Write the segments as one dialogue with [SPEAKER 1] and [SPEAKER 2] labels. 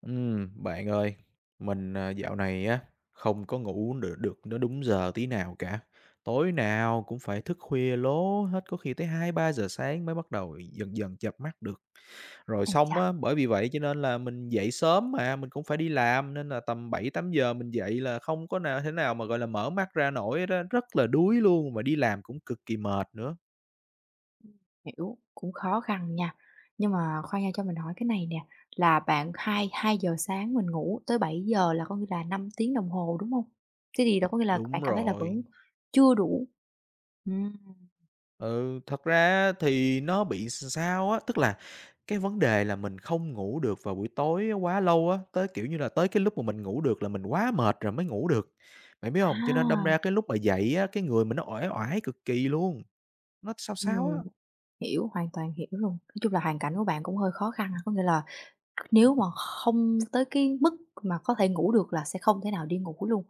[SPEAKER 1] Bạn ơi, mình, dạo này á, không có ngủ được được nó đúng giờ tí nào cả. Tối nào cũng phải thức khuya lố hết, có khi tới 2-3 giờ sáng mới bắt đầu dần dần chợp mắt được. Rồi
[SPEAKER 2] Ái
[SPEAKER 1] xong
[SPEAKER 2] chà,
[SPEAKER 1] á, bởi vì vậy cho nên là mình dậy sớm mà, mình cũng phải đi làm nên là tầm 7-8 giờ mình dậy là không có nào thế nào mà, gọi là, mở mắt ra nổi hết, rất là đuối luôn, mà đi làm cũng cực kỳ mệt nữa.
[SPEAKER 2] hiểu, cũng khó khăn nha. Nhưng mà khoan nha, cho mình hỏi cái này nè, là bạn hai hai giờ sáng mình ngủ tới 7 giờ là có nghĩa là 5 tiếng đồng hồ, đúng không? Thế thì đó có nghĩa là bạn
[SPEAKER 1] Đúng
[SPEAKER 2] cảm thấy là
[SPEAKER 1] rồi.
[SPEAKER 2] vẫn chưa đủ. Ừm,
[SPEAKER 1] Ừ, thật ra thì nó bị sao á, tức là cái vấn đề là mình không ngủ được vào buổi tối quá lâu á, tới, kiểu như là, tới cái lúc mà mình ngủ được là mình quá mệt rồi mới ngủ được, bạn biết không? Cho nên đâm ra
[SPEAKER 2] à,
[SPEAKER 1] cái lúc mà dậy á, cái người mình nó uể oải cực kỳ luôn, nó sao sao
[SPEAKER 2] ừm,
[SPEAKER 1] á.
[SPEAKER 2] Hiểu, hoàn toàn hiểu luôn. Nói chung là hoàn cảnh của bạn cũng hơi khó khăn, có nghĩa là nếu mà không tới cái mức mà có thể ngủ được là sẽ không thể nào đi ngủ luôn.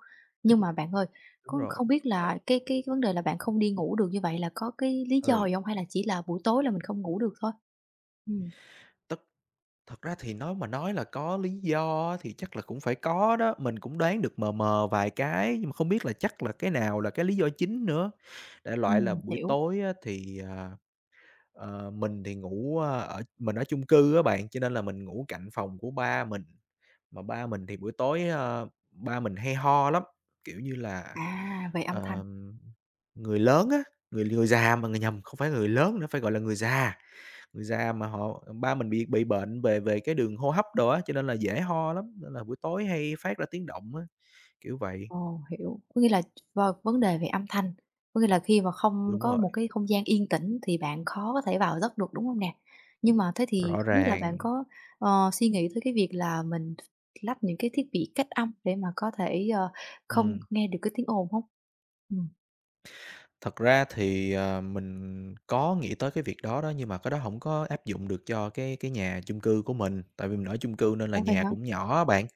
[SPEAKER 2] Nhưng mà bạn ơi,
[SPEAKER 1] Đúng
[SPEAKER 2] có
[SPEAKER 1] rồi,
[SPEAKER 2] không biết là cái vấn đề là bạn không đi ngủ được như vậy là có cái lý do
[SPEAKER 1] ừ,
[SPEAKER 2] gì không? Hay là chỉ là buổi tối là mình không ngủ được thôi? Ừm,
[SPEAKER 1] tức thật ra thì nói mà nói là có lý do á thì chắc là cũng phải có đó, mình cũng đoán được mờ mờ vài cái nhưng mà không biết là chắc là cái nào là cái lý do chính nữa. Đại loại là buổi
[SPEAKER 2] hiểu.
[SPEAKER 1] tối á thì. Mình thì ngủ, a, ở mình ở chung cư á bạn, cho nên là mình ngủ cạnh phòng của ba mình, mà ba mình thì buổi tối, ba mình hay ho lắm, kiểu như là,
[SPEAKER 2] À, về âm thanh.
[SPEAKER 1] ờm, người lớn á, người người già mà người nhầm, không phải người lớn nữa, phải gọi là người già mà họ ba mình bị bệnh về về cái đường hô hấp đồ á, cho nên là dễ ho lắm, nên là buổi tối hay phát ra tiếng động á, kiểu vậy.
[SPEAKER 2] Ồ, hiểu. Có nghĩa là vào vấn đề về âm thanh, có nghĩa là khi mà không
[SPEAKER 1] Đúng
[SPEAKER 2] có một
[SPEAKER 1] rồi,
[SPEAKER 2] cái không gian yên tĩnh thì bạn khó có thể vào giấc được, đúng không nè? Nhưng mà thế thì
[SPEAKER 1] rõ
[SPEAKER 2] không biết là bạn
[SPEAKER 1] ràng,
[SPEAKER 2] có, suy nghĩ tới cái việc là mình lắp những cái thiết bị cách âm để mà có thể, không
[SPEAKER 1] ừm.
[SPEAKER 2] nghe được cái tiếng ồn không? Ừm,
[SPEAKER 1] Thật ra thì, mình có nghĩ tới cái việc đó đó, nhưng mà cái đó không có áp dụng được cho cái nhà chung cư của mình, tại vì mình ở chung cư nên là
[SPEAKER 2] ủa vậy
[SPEAKER 1] nhà
[SPEAKER 2] hả?
[SPEAKER 1] cũng nhỏ á bạn,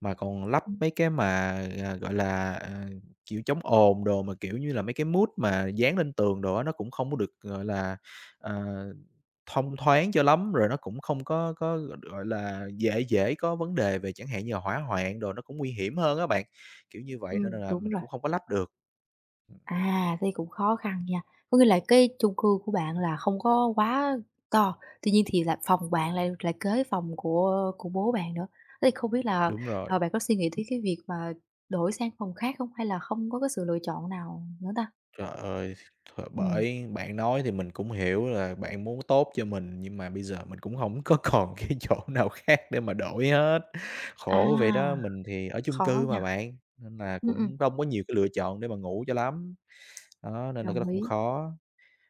[SPEAKER 1] mà còn lắp
[SPEAKER 2] Ừm,
[SPEAKER 1] mấy cái mà, gọi là, kiểu, chống ồn đồ, mà, kiểu như là, mấy cái mút mà dán lên tường đồ á, nó cũng không có được, gọi là, ờ, thông thoáng cho lắm, rồi nó cũng không có, gọi là, dễ dễ có vấn đề về chẳng hạn như là hỏa hoạn đồ, nó cũng nguy hiểm hơn á bạn, kiểu như vậy, nên là
[SPEAKER 2] đúng
[SPEAKER 1] mình
[SPEAKER 2] rồi.
[SPEAKER 1] cũng không có lắp được.
[SPEAKER 2] À, thế cũng khó khăn nha. Có nghĩa là cái chung cư của bạn là không có quá to, tuy nhiên thì là phòng bạn lại lại kế phòng của bố bạn nữa. Thế thì không biết là,
[SPEAKER 1] Đúng rồi.
[SPEAKER 2] bạn có suy nghĩ tới cái việc mà đổi sang phòng khác không? Hay là không có cái sự lựa chọn nào nữa ta?
[SPEAKER 1] Trời ơi,
[SPEAKER 2] Ừm,
[SPEAKER 1] bởi bạn nói thì mình cũng hiểu là bạn muốn tốt cho mình, nhưng mà bây giờ mình cũng không có còn cái chỗ nào khác để mà đổi hết. Khổ vậy đó,
[SPEAKER 2] à,
[SPEAKER 1] mình thì ở chung
[SPEAKER 2] khó
[SPEAKER 1] cư mà
[SPEAKER 2] nha.
[SPEAKER 1] bạn, nên là
[SPEAKER 2] Ừm, ừm,
[SPEAKER 1] cũng không có nhiều cái lựa chọn để mà ngủ cho lắm. Đó, nên là cái đó
[SPEAKER 2] đồng
[SPEAKER 1] cũng
[SPEAKER 2] ý.
[SPEAKER 1] khó.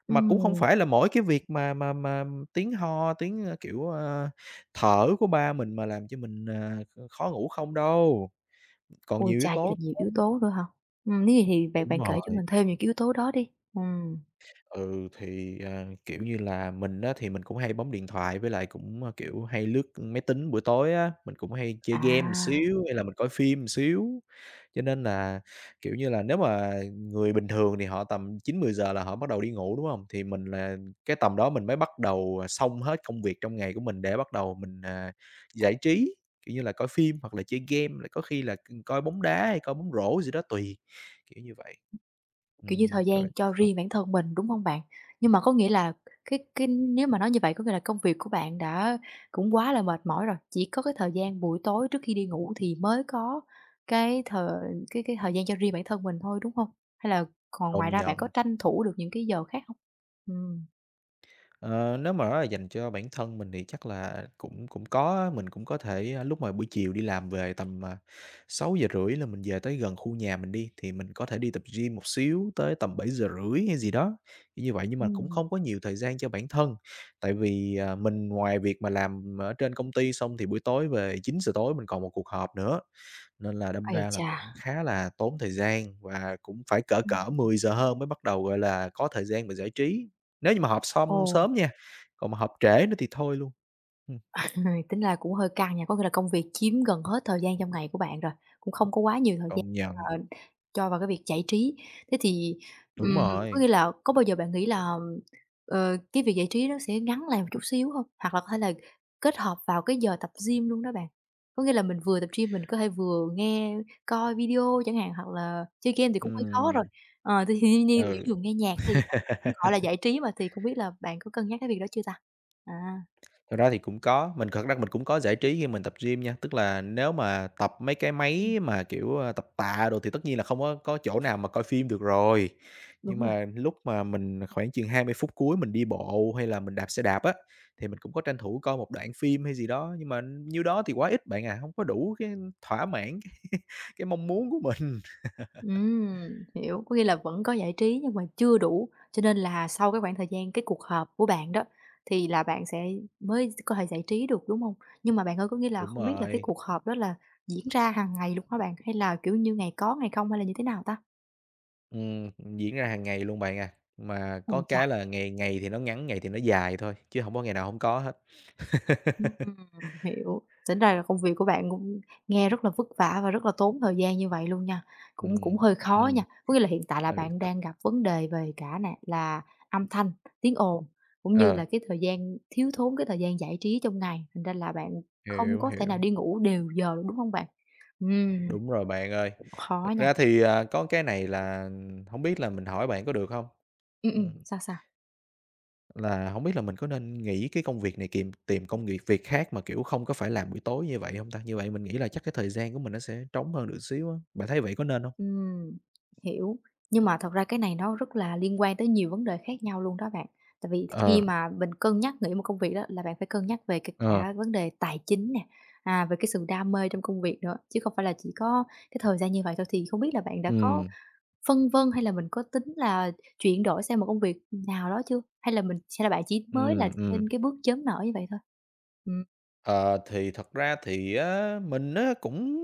[SPEAKER 1] Mà cũng không
[SPEAKER 2] Ừm,
[SPEAKER 1] phải là mỗi cái việc mà tiếng ho, tiếng, kiểu, thở của ba mình mà làm cho mình, khó ngủ không đâu, còn
[SPEAKER 2] ôi
[SPEAKER 1] nhiều yếu
[SPEAKER 2] chà, vậy
[SPEAKER 1] tố
[SPEAKER 2] là nhiều yếu
[SPEAKER 1] lắm.
[SPEAKER 2] tố nữa hả? Nếu vậy thì bạn
[SPEAKER 1] Đúng
[SPEAKER 2] bạn kể cho
[SPEAKER 1] rồi.
[SPEAKER 2] mình thêm những cái yếu tố đó đi.
[SPEAKER 1] Ừ, thì, kiểu như là, mình á thì mình cũng hay bấm điện thoại với lại cũng, kiểu, hay lướt máy tính buổi tối á, mình cũng hay chơi game một
[SPEAKER 2] À.
[SPEAKER 1] xíu hay là mình coi phim một xíu. Cho nên là, kiểu như là, nếu mà người bình thường thì họ tầm 9-10 giờ là họ bắt đầu đi ngủ, đúng không? Thì mình là cái tầm đó mình mới bắt đầu, xong hết công việc trong ngày của mình để bắt đầu mình, giải trí, kiểu như là, coi phim hoặc là chơi game, lại có khi là ừ, coi bóng đá hay coi bóng rổ gì đó tùy, kiểu như vậy.
[SPEAKER 2] Kiểu như, thời gian
[SPEAKER 1] Rồi
[SPEAKER 2] cho
[SPEAKER 1] xong.
[SPEAKER 2] riêng bản thân mình, đúng hông bạn? Nhưng mà có nghĩa là cái nếu mà nói như vậy có nghĩa là công việc của bạn đã cũng quá là mệt mỏi rồi, chỉ có cái thời gian buổi tối trước khi đi ngủ thì mới có cái thời cái thời gian cho riêng bản thân mình thôi, đúng hông? Hay là còn ngoài
[SPEAKER 1] Công
[SPEAKER 2] ra bạn có
[SPEAKER 1] nhận.
[SPEAKER 2] tranh thủ được những cái giờ khác hông? Ừm.
[SPEAKER 1] Ờ, nếu mà nói là dành cho bản thân mình thì chắc là cũng cũng có, mình cũng có thể, lúc mà buổi chiều đi làm về tầm, 6 giờ rưỡi là mình về tới gần khu nhà mình đi, thì mình có thể đi tập gym một xíu tới tầm 7 giờ rưỡi hay gì đó, như vậy. Nhưng mà cũng
[SPEAKER 2] Ừm.
[SPEAKER 1] không có nhiều thời gian cho bản thân, tại vì, mình ngoài việc mà làm ở trên công ty xong thì buổi tối về 9 giờ tối mình còn một cuộc họp nữa. Nên là đâm
[SPEAKER 2] Ái
[SPEAKER 1] ra là
[SPEAKER 2] chà!
[SPEAKER 1] cũng khá là tốn thời gian và cũng phải cỡ
[SPEAKER 2] Ừm,
[SPEAKER 1] cỡ 10 giờ hơn mới bắt đầu, gọi là, có thời gian mà giải trí, nếu như mà họp xong
[SPEAKER 2] ồ.
[SPEAKER 1] sớm nha, còn mà họp trễ nữa thì thôi luôn. Ừm,
[SPEAKER 2] À, tính là cũng hơi căng nha, có nghĩa là công việc chiếm gần hết thời gian trong ngày của bạn rồi, cũng không có quá nhiều thời gian,
[SPEAKER 1] công nhận,
[SPEAKER 2] ờ, cho vào cái việc giải trí. Thế thì,
[SPEAKER 1] đúng
[SPEAKER 2] ừm, có
[SPEAKER 1] rồi,
[SPEAKER 2] nghĩa là có bao giờ bạn nghĩ là, cái việc giải trí nó sẽ ngắn lại một chút xíu không? Hoặc là có thể là kết hợp vào cái giờ tập gym luôn đó bạn. Có nghĩa là mình vừa tập gym mình có thể vừa nghe, coi video chẳng hạn, hoặc là chơi game thì cũng hơi khó rồi.
[SPEAKER 1] ừm,
[SPEAKER 2] Ờ, thì thiên nhiên ví
[SPEAKER 1] ừ.
[SPEAKER 2] dụ nghe nhạc hay gì đó thì cũng gọi là giải trí mà, thì không biết là bạn có cân nhắc cái việc đó chưa ta? À,
[SPEAKER 1] Thật ra thì cũng có, mình thật ra mình cũng có giải trí khi mình tập gym nha, tức là nếu mà tập mấy cái
[SPEAKER 2] ừm,
[SPEAKER 1] máy mà, kiểu, tập tạ đồ thì tất nhiên là không có chỗ nào mà coi phim được rồi. Nhưng
[SPEAKER 2] đúng rồi.
[SPEAKER 1] mà lúc mà mình khoảng chừng 20 phút cuối mình đi bộ hay là mình đạp xe đạp á, thì mình cũng có tranh thủ coi một đoạn phim hay gì đó, nhưng mà nhiêu đó thì quá ít bạn à, không có đủ cái thỏa mãn cái cái mong muốn của mình.
[SPEAKER 2] Hiểu, có nghĩa là vẫn có giải trí nhưng mà chưa đủ, cho nên là sau cái khoảng thời gian cái cuộc họp của bạn đó, thì là bạn sẽ mới có thể giải trí được, đúng không? Nhưng mà bạn ơi, có nghĩa là
[SPEAKER 1] Đúng
[SPEAKER 2] không biết là cái
[SPEAKER 1] rồi,
[SPEAKER 2] cuộc họp đó là diễn ra hàng ngày luôn hả bạn? Hay là, kiểu như, ngày có ngày không hay là như thế nào ta?
[SPEAKER 1] ừm, diễn ra hàng ngày luôn bạn à, mà có
[SPEAKER 2] Ôi chà!
[SPEAKER 1] cái là ngày ngày thì nó ngắn, ngày thì nó dài thôi, chứ không có ngày nào không có hết.
[SPEAKER 2] Ừm, hiểu. Tính ra là công việc của bạn cũng nghe rất là vất vả và rất là tốn thời gian như vậy luôn nha, cũng cũng
[SPEAKER 1] Ừm,
[SPEAKER 2] hơi khó nha.
[SPEAKER 1] ừm,
[SPEAKER 2] Có nghĩa là hiện tại là
[SPEAKER 1] ừ,
[SPEAKER 2] bạn
[SPEAKER 1] thật
[SPEAKER 2] đang gặp vấn đề về cả nè là âm thanh, tiếng ồn, cũng như
[SPEAKER 1] ờ,
[SPEAKER 2] là cái thời gian thiếu thốn cái thời gian giải trí trong ngày, thành ra là bạn không
[SPEAKER 1] hiểu,
[SPEAKER 2] có thể nào
[SPEAKER 1] hiểu,
[SPEAKER 2] đi ngủ đều giờ được, đúng không bạn? Ừm,
[SPEAKER 1] đúng rồi bạn ơi.
[SPEAKER 2] cũng khó
[SPEAKER 1] Thật
[SPEAKER 2] nha.
[SPEAKER 1] ra thì, có cái này là hổng biết là mình hỏi bạn có được hông? Ừm,
[SPEAKER 2] Sao, sao?
[SPEAKER 1] là hổng biết là mình có nên nghỉ cái công việc này kìm tìm công việc việc khác mà, kiểu, không có phải làm buổi tối như vậy hông ta? Như vậy mình nghĩ là chắc cái thời gian của mình nó sẽ trống hơn được xíu á, bạn thấy vậy có nên hông?
[SPEAKER 2] Ừm, hiểu. Nhưng mà thật ra cái này nó rất là liên quan tới nhiều vấn đề khác nhau luôn đó bạn. Tại vì khi
[SPEAKER 1] Ờ,
[SPEAKER 2] mà mình cân nhắc nghỉ một công việc đó là bạn phải cân nhắc về cả
[SPEAKER 1] ờ,
[SPEAKER 2] cả vấn đề tài chính nè, à, về cái sự đam mê trong công việc nữa, chứ không phải là chỉ có cái thời gian như vậy thôi. Thì không biết là bạn đã có
[SPEAKER 1] ừm,
[SPEAKER 2] phân vân hay là mình có tính là chuyển đổi sang một công việc nào đó chưa? Hay là bạn chỉ mới là
[SPEAKER 1] ừm, ừm.
[SPEAKER 2] trên cái bước chớm nở như vậy thôi? Ừm,
[SPEAKER 1] Ờ, thì thật ra thì á, mình á cũng,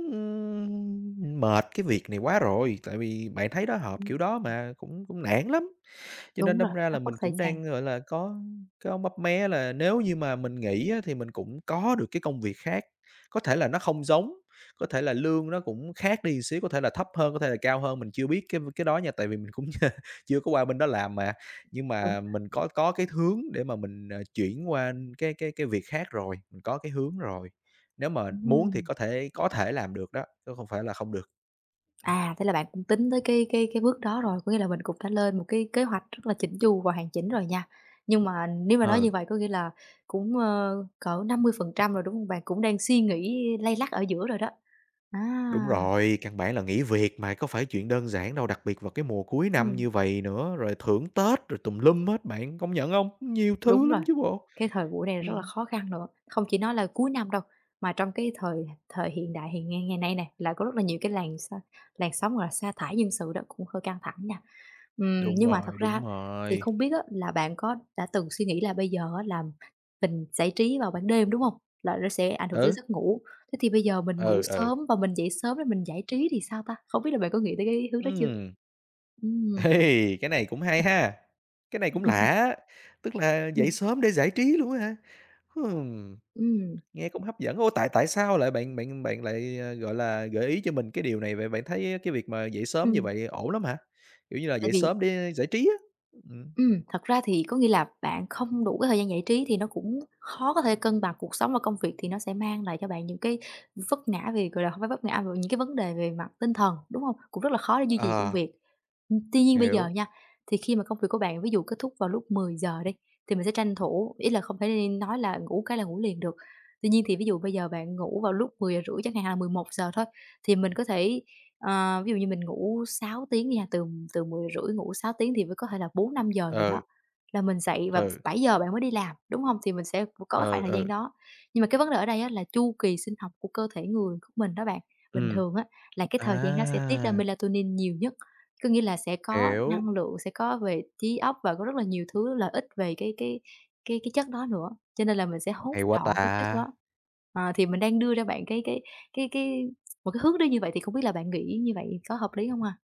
[SPEAKER 1] mệt cái việc này quá rồi, tại vì bạn thấy đó, họp
[SPEAKER 2] ừm,
[SPEAKER 1] kiểu đó mà cũng cũng nản lắm. Cho nên
[SPEAKER 2] đúng rồi,
[SPEAKER 1] đâm ra
[SPEAKER 2] rất
[SPEAKER 1] là
[SPEAKER 2] mất
[SPEAKER 1] mình
[SPEAKER 2] thời
[SPEAKER 1] cũng
[SPEAKER 2] gian,
[SPEAKER 1] đang, gọi là, có mấp mé là nếu như mà mình nghỉ á, thì mình cũng có được cái công việc khác. Có thể là nó không giống, có thể là lương nó cũng khác đi xíu, có thể là thấp hơn, có thể là cao hơn, mình chưa biết cái đó nha, tại vì mình cũng chưa có qua bên đó làm mà. Nhưng
[SPEAKER 2] đúng.
[SPEAKER 1] mà mình có cái hướng để mà mình, chuyển qua cái việc khác rồi, mình có cái hướng rồi. Nếu mà muốn thì
[SPEAKER 2] Ừm.
[SPEAKER 1] có thể làm được đó, chứ không phải là không được.
[SPEAKER 2] À, thế là bạn cũng tính tới cái bước đó rồi, có nghĩa là mình cũng đã lên một cái kế hoạch rất là chỉnh chu và hoàn chỉnh rồi nha. Nhưng mà nếu mà nói
[SPEAKER 1] Ờ.
[SPEAKER 2] như vậy có nghĩa là cũng, cỡ 50% rồi, đúng không bạn? Cũng đang suy nghĩ lay lắt ở giữa rồi đó. À,
[SPEAKER 1] Đúng rồi, căn bản là nghỉ việc mà có phải chuyện đơn giản đâu, đặc biệt vào cái mùa cuối năm
[SPEAKER 2] ừm,
[SPEAKER 1] như vậy nữa, rồi thưởng Tết rồi tùm lum hết bạn, công nhận không? Nhiều thứ
[SPEAKER 2] đúng rồi,
[SPEAKER 1] lắm chứ bộ.
[SPEAKER 2] cái thời buổi này rất là
[SPEAKER 1] Ừm,
[SPEAKER 2] khó khăn nữa, không chỉ nói là cuối năm đâu, mà trong cái thời thời hiện đại hiện ngày ngày nay nè, là có rất là nhiều cái làn sóng, gọi là, sa thải nhân sự đó, cũng hơi căng thẳng nha.
[SPEAKER 1] đúng
[SPEAKER 2] Nhưng mà thật
[SPEAKER 1] rồi,
[SPEAKER 2] ra
[SPEAKER 1] đúng
[SPEAKER 2] thì
[SPEAKER 1] rồi.
[SPEAKER 2] không biết á, là bạn có đã từng suy nghĩ là bây giờ á, là mình giải trí vào ban đêm, đúng hông? Là nó sẽ ảnh hưởng tới
[SPEAKER 1] Ừ,
[SPEAKER 2] giấc ngủ, thế thì bây giờ mình ngủ
[SPEAKER 1] ừ, ừ.
[SPEAKER 2] sớm và mình dậy sớm để mình giải trí thì sao ta? Không biết là bạn có nghĩ tới cái hướng đó chưa?
[SPEAKER 1] Ừm,
[SPEAKER 2] Ừm,
[SPEAKER 1] ê, cái này cũng hay ha, cái này cũng lạ, tức là dậy
[SPEAKER 2] ừm,
[SPEAKER 1] sớm để giải trí luôn á hả? Ừm.
[SPEAKER 2] ừm,
[SPEAKER 1] Nghe cũng hấp dẫn. Ô, tại tại sao lại bạn bạn bạn lại, gọi là, gợi ý cho mình cái điều này vậy? Bạn thấy cái việc mà dậy sớm như
[SPEAKER 2] ừm,
[SPEAKER 1] vậy ổn lắm hả? Kiểu như là,
[SPEAKER 2] tại
[SPEAKER 1] dậy
[SPEAKER 2] vì
[SPEAKER 1] sớm để giải trí á. Ừm.
[SPEAKER 2] Thật ra thì có nghĩa là bạn không đủ cái thời gian giải trí thì nó cũng khó có thể cân bằng cuộc sống và công việc, thì nó sẽ mang lại cho bạn những cái vấp ngã về, gọi là, không phải vấp ngã, mà những cái vấn đề về mặt tinh thần, đúng không? Cũng rất là khó để duy trì công
[SPEAKER 1] Ờ,
[SPEAKER 2] việc. Tuy nhiên bây giờ
[SPEAKER 1] hiểu.
[SPEAKER 2] nha, thì khi mà công việc của bạn ví dụ kết thúc vào lúc 10 giờ đi, thì mình sẽ tranh thủ ý là không thể nên nói là ngủ cái là ngủ liền được. Tuy nhiên thì ví dụ bây giờ bạn ngủ vào lúc 10 giờ rưỡi chẳng hạn, hoặc là 11 giờ thôi, thì mình có thể ờ, ví dụ như mình ngủ 6 tiếng nha, từ từ 10 rưỡi ngủ 6 tiếng thì mới có thể là 4 5 giờ gì đó
[SPEAKER 1] Ừ,
[SPEAKER 2] là mình dậy và
[SPEAKER 1] ừ,
[SPEAKER 2] 7 giờ bạn mới đi làm, đúng không? Thì mình sẽ có khoảng
[SPEAKER 1] ừ,
[SPEAKER 2] thời
[SPEAKER 1] ừ,
[SPEAKER 2] gian đó. Nhưng mà cái vấn đề ở đây á là chu kỳ sinh học của cơ thể người của mình đó bạn, bình
[SPEAKER 1] ừm.
[SPEAKER 2] thường á là cái thời gian đó sẽ tiết ra
[SPEAKER 1] À,
[SPEAKER 2] melatonin nhiều nhất, có nghĩa là sẽ có năng
[SPEAKER 1] hiểu.
[SPEAKER 2] lượng, sẽ có về trí óc và có rất là nhiều thứ lợi ích về cái chất đó nữa, cho nên là mình sẽ hốt
[SPEAKER 1] Hay quá
[SPEAKER 2] trọn cái chất đó.
[SPEAKER 1] ta!
[SPEAKER 2] Ờ, thì mình đang đưa ra bạn cái một cái hướng đi như vậy thì không biết là bạn nghĩ như vậy có hợp lý không ha?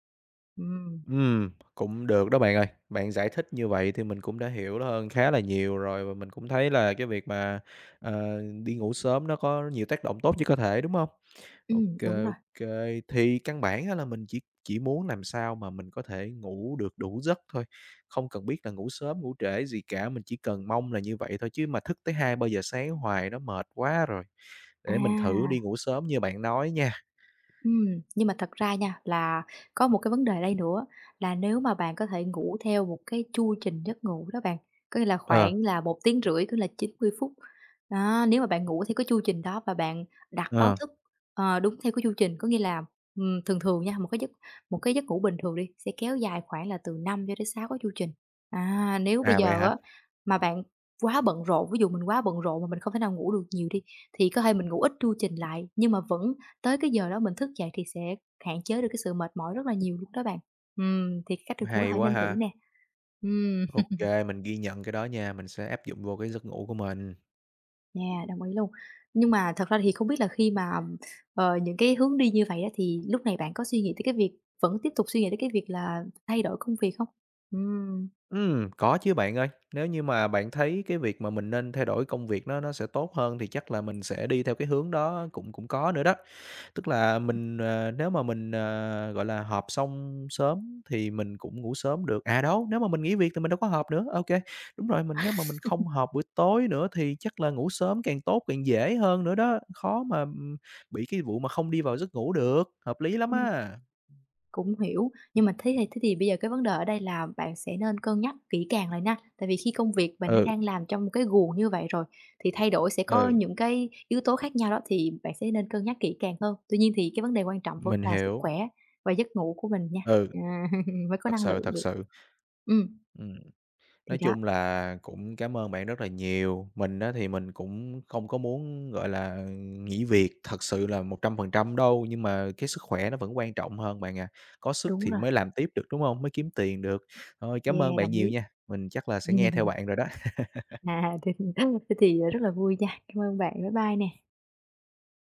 [SPEAKER 2] Ừm,
[SPEAKER 1] Cũng được đó bạn ơi. Bạn giải thích như vậy thì mình cũng đã hiểu hơn khá là nhiều rồi và mình cũng thấy là cái việc mà, đi ngủ sớm nó có nhiều tác động tốt cho cơ thể, đúng hông? OK,
[SPEAKER 2] đúng rồi.
[SPEAKER 1] OK. Thì căn bản á là mình chỉ muốn làm sao mà mình có thể ngủ được đủ giấc thôi, không cần biết là ngủ sớm, ngủ trễ gì cả, mình chỉ cần mong là như vậy thôi, chứ mà thức tới 2-3 giờ sáng hoài nó mệt quá rồi.
[SPEAKER 2] À.
[SPEAKER 1] Để mình thử đi ngủ sớm như bạn nói nha.
[SPEAKER 2] Ừm, nhưng mà thật ra nha, là có một cái vấn đề đây nữa, là nếu mà bạn có thể ngủ theo một cái chu trình giấc ngủ đó bạn, có nghĩa là khoảng
[SPEAKER 1] Ờ,
[SPEAKER 2] là một tiếng, rưỡi tức là 90 phút. Đó, nếu mà bạn ngủ theo cái chu trình đó và bạn đặt báo
[SPEAKER 1] ờ,
[SPEAKER 2] thức, đúng theo cái chu trình, có nghĩa là, thường thường nha, một cái giấc ngủ bình thường đi, sẽ kéo dài khoảng là từ 5 cho đến 6 cái chu trình. À, nếu bây
[SPEAKER 1] à, vậy
[SPEAKER 2] giờ
[SPEAKER 1] hả?
[SPEAKER 2] á, mà bạn quá bận rộn, ví dụ mình quá bận rộn mà mình không thể nào ngủ được nhiều đi, thì có thể mình ngủ ít chu trình lại nhưng mà vẫn tới cái giờ đó mình thức dậy thì sẽ hạn chế được cái sự mệt mỏi rất là nhiều lúc đó bạn. Thì cái cách
[SPEAKER 1] Cũng
[SPEAKER 2] này cũng có
[SPEAKER 1] hay
[SPEAKER 2] thể
[SPEAKER 1] quá
[SPEAKER 2] nên thử
[SPEAKER 1] ha.
[SPEAKER 2] nè. Ừm,
[SPEAKER 1] OK, mình ghi nhận cái đó nha, mình sẽ áp dụng vô cái giấc ngủ của mình.
[SPEAKER 2] yeah, đồng ý luôn. Nhưng mà thật ra thì không biết là khi mà, những cái hướng đi như vậy á, thì lúc này bạn có suy nghĩ tới cái việc vẫn tiếp tục suy nghĩ tới cái việc là thay đổi công việc không?
[SPEAKER 1] Có chứ bạn ơi. Nếu như mà bạn thấy cái việc mà mình nên thay đổi công việc nó sẽ tốt hơn thì chắc là mình sẽ đi theo cái hướng đó cũng cũng có nữa đó. Tức là mình, nếu mà mình, gọi là, họp xong sớm thì mình cũng ngủ sớm được. À, đâu, nếu mà mình nghỉ việc thì mình đâu có họp nữa. OK, đúng rồi, mình nếu mà mình không họp buổi tối nữa thì chắc là ngủ sớm càng tốt, càng dễ hơn nữa đó, khó mà, bị cái vụ mà không đi vào giấc ngủ được, hợp lý lắm
[SPEAKER 2] Ừm.
[SPEAKER 1] á.
[SPEAKER 2] Cũng hiểu, nhưng mà thế thì bây giờ cái vấn đề ở đây là bạn sẽ nên cân nhắc kỹ càng lại nha. Tại vì khi công việc bạn đã
[SPEAKER 1] Ừ,
[SPEAKER 2] đang làm trong một cái guồng như vậy rồi, thì thay đổi sẽ có
[SPEAKER 1] ừ,
[SPEAKER 2] những cái yếu tố khác nhau đó, thì bạn sẽ nên cân nhắc kỹ càng hơn. Tuy nhiên thì cái vấn đề quan trọng vẫn
[SPEAKER 1] mình
[SPEAKER 2] là sức
[SPEAKER 1] hiểu.
[SPEAKER 2] khỏe và giấc ngủ của mình nha,
[SPEAKER 1] Ừ,
[SPEAKER 2] à, mới có
[SPEAKER 1] thật
[SPEAKER 2] năng
[SPEAKER 1] sự,
[SPEAKER 2] lượng
[SPEAKER 1] thật
[SPEAKER 2] được.
[SPEAKER 1] sự.
[SPEAKER 2] Ừm,
[SPEAKER 1] Ừm.
[SPEAKER 2] thì
[SPEAKER 1] Nói
[SPEAKER 2] đó,
[SPEAKER 1] chung là cũng cảm ơn bạn rất là nhiều. Mình á thì mình cũng không có muốn, gọi là, nghỉ việc thật sự là 100% đâu, nhưng mà cái sức khỏe nó vẫn quan trọng hơn bạn à. Có sức
[SPEAKER 2] đúng
[SPEAKER 1] thì
[SPEAKER 2] rồi,
[SPEAKER 1] mới làm tiếp được, đúng không? Mới kiếm tiền được. Thôi, cảm ơn
[SPEAKER 2] yeah,
[SPEAKER 1] bạn
[SPEAKER 2] đồng
[SPEAKER 1] nhiều
[SPEAKER 2] ý.
[SPEAKER 1] nha, mình chắc là sẽ nghe theo bạn rồi đó.
[SPEAKER 2] À, thế thế thì rất là vui nha. Cảm ơn bạn, bye bye nè.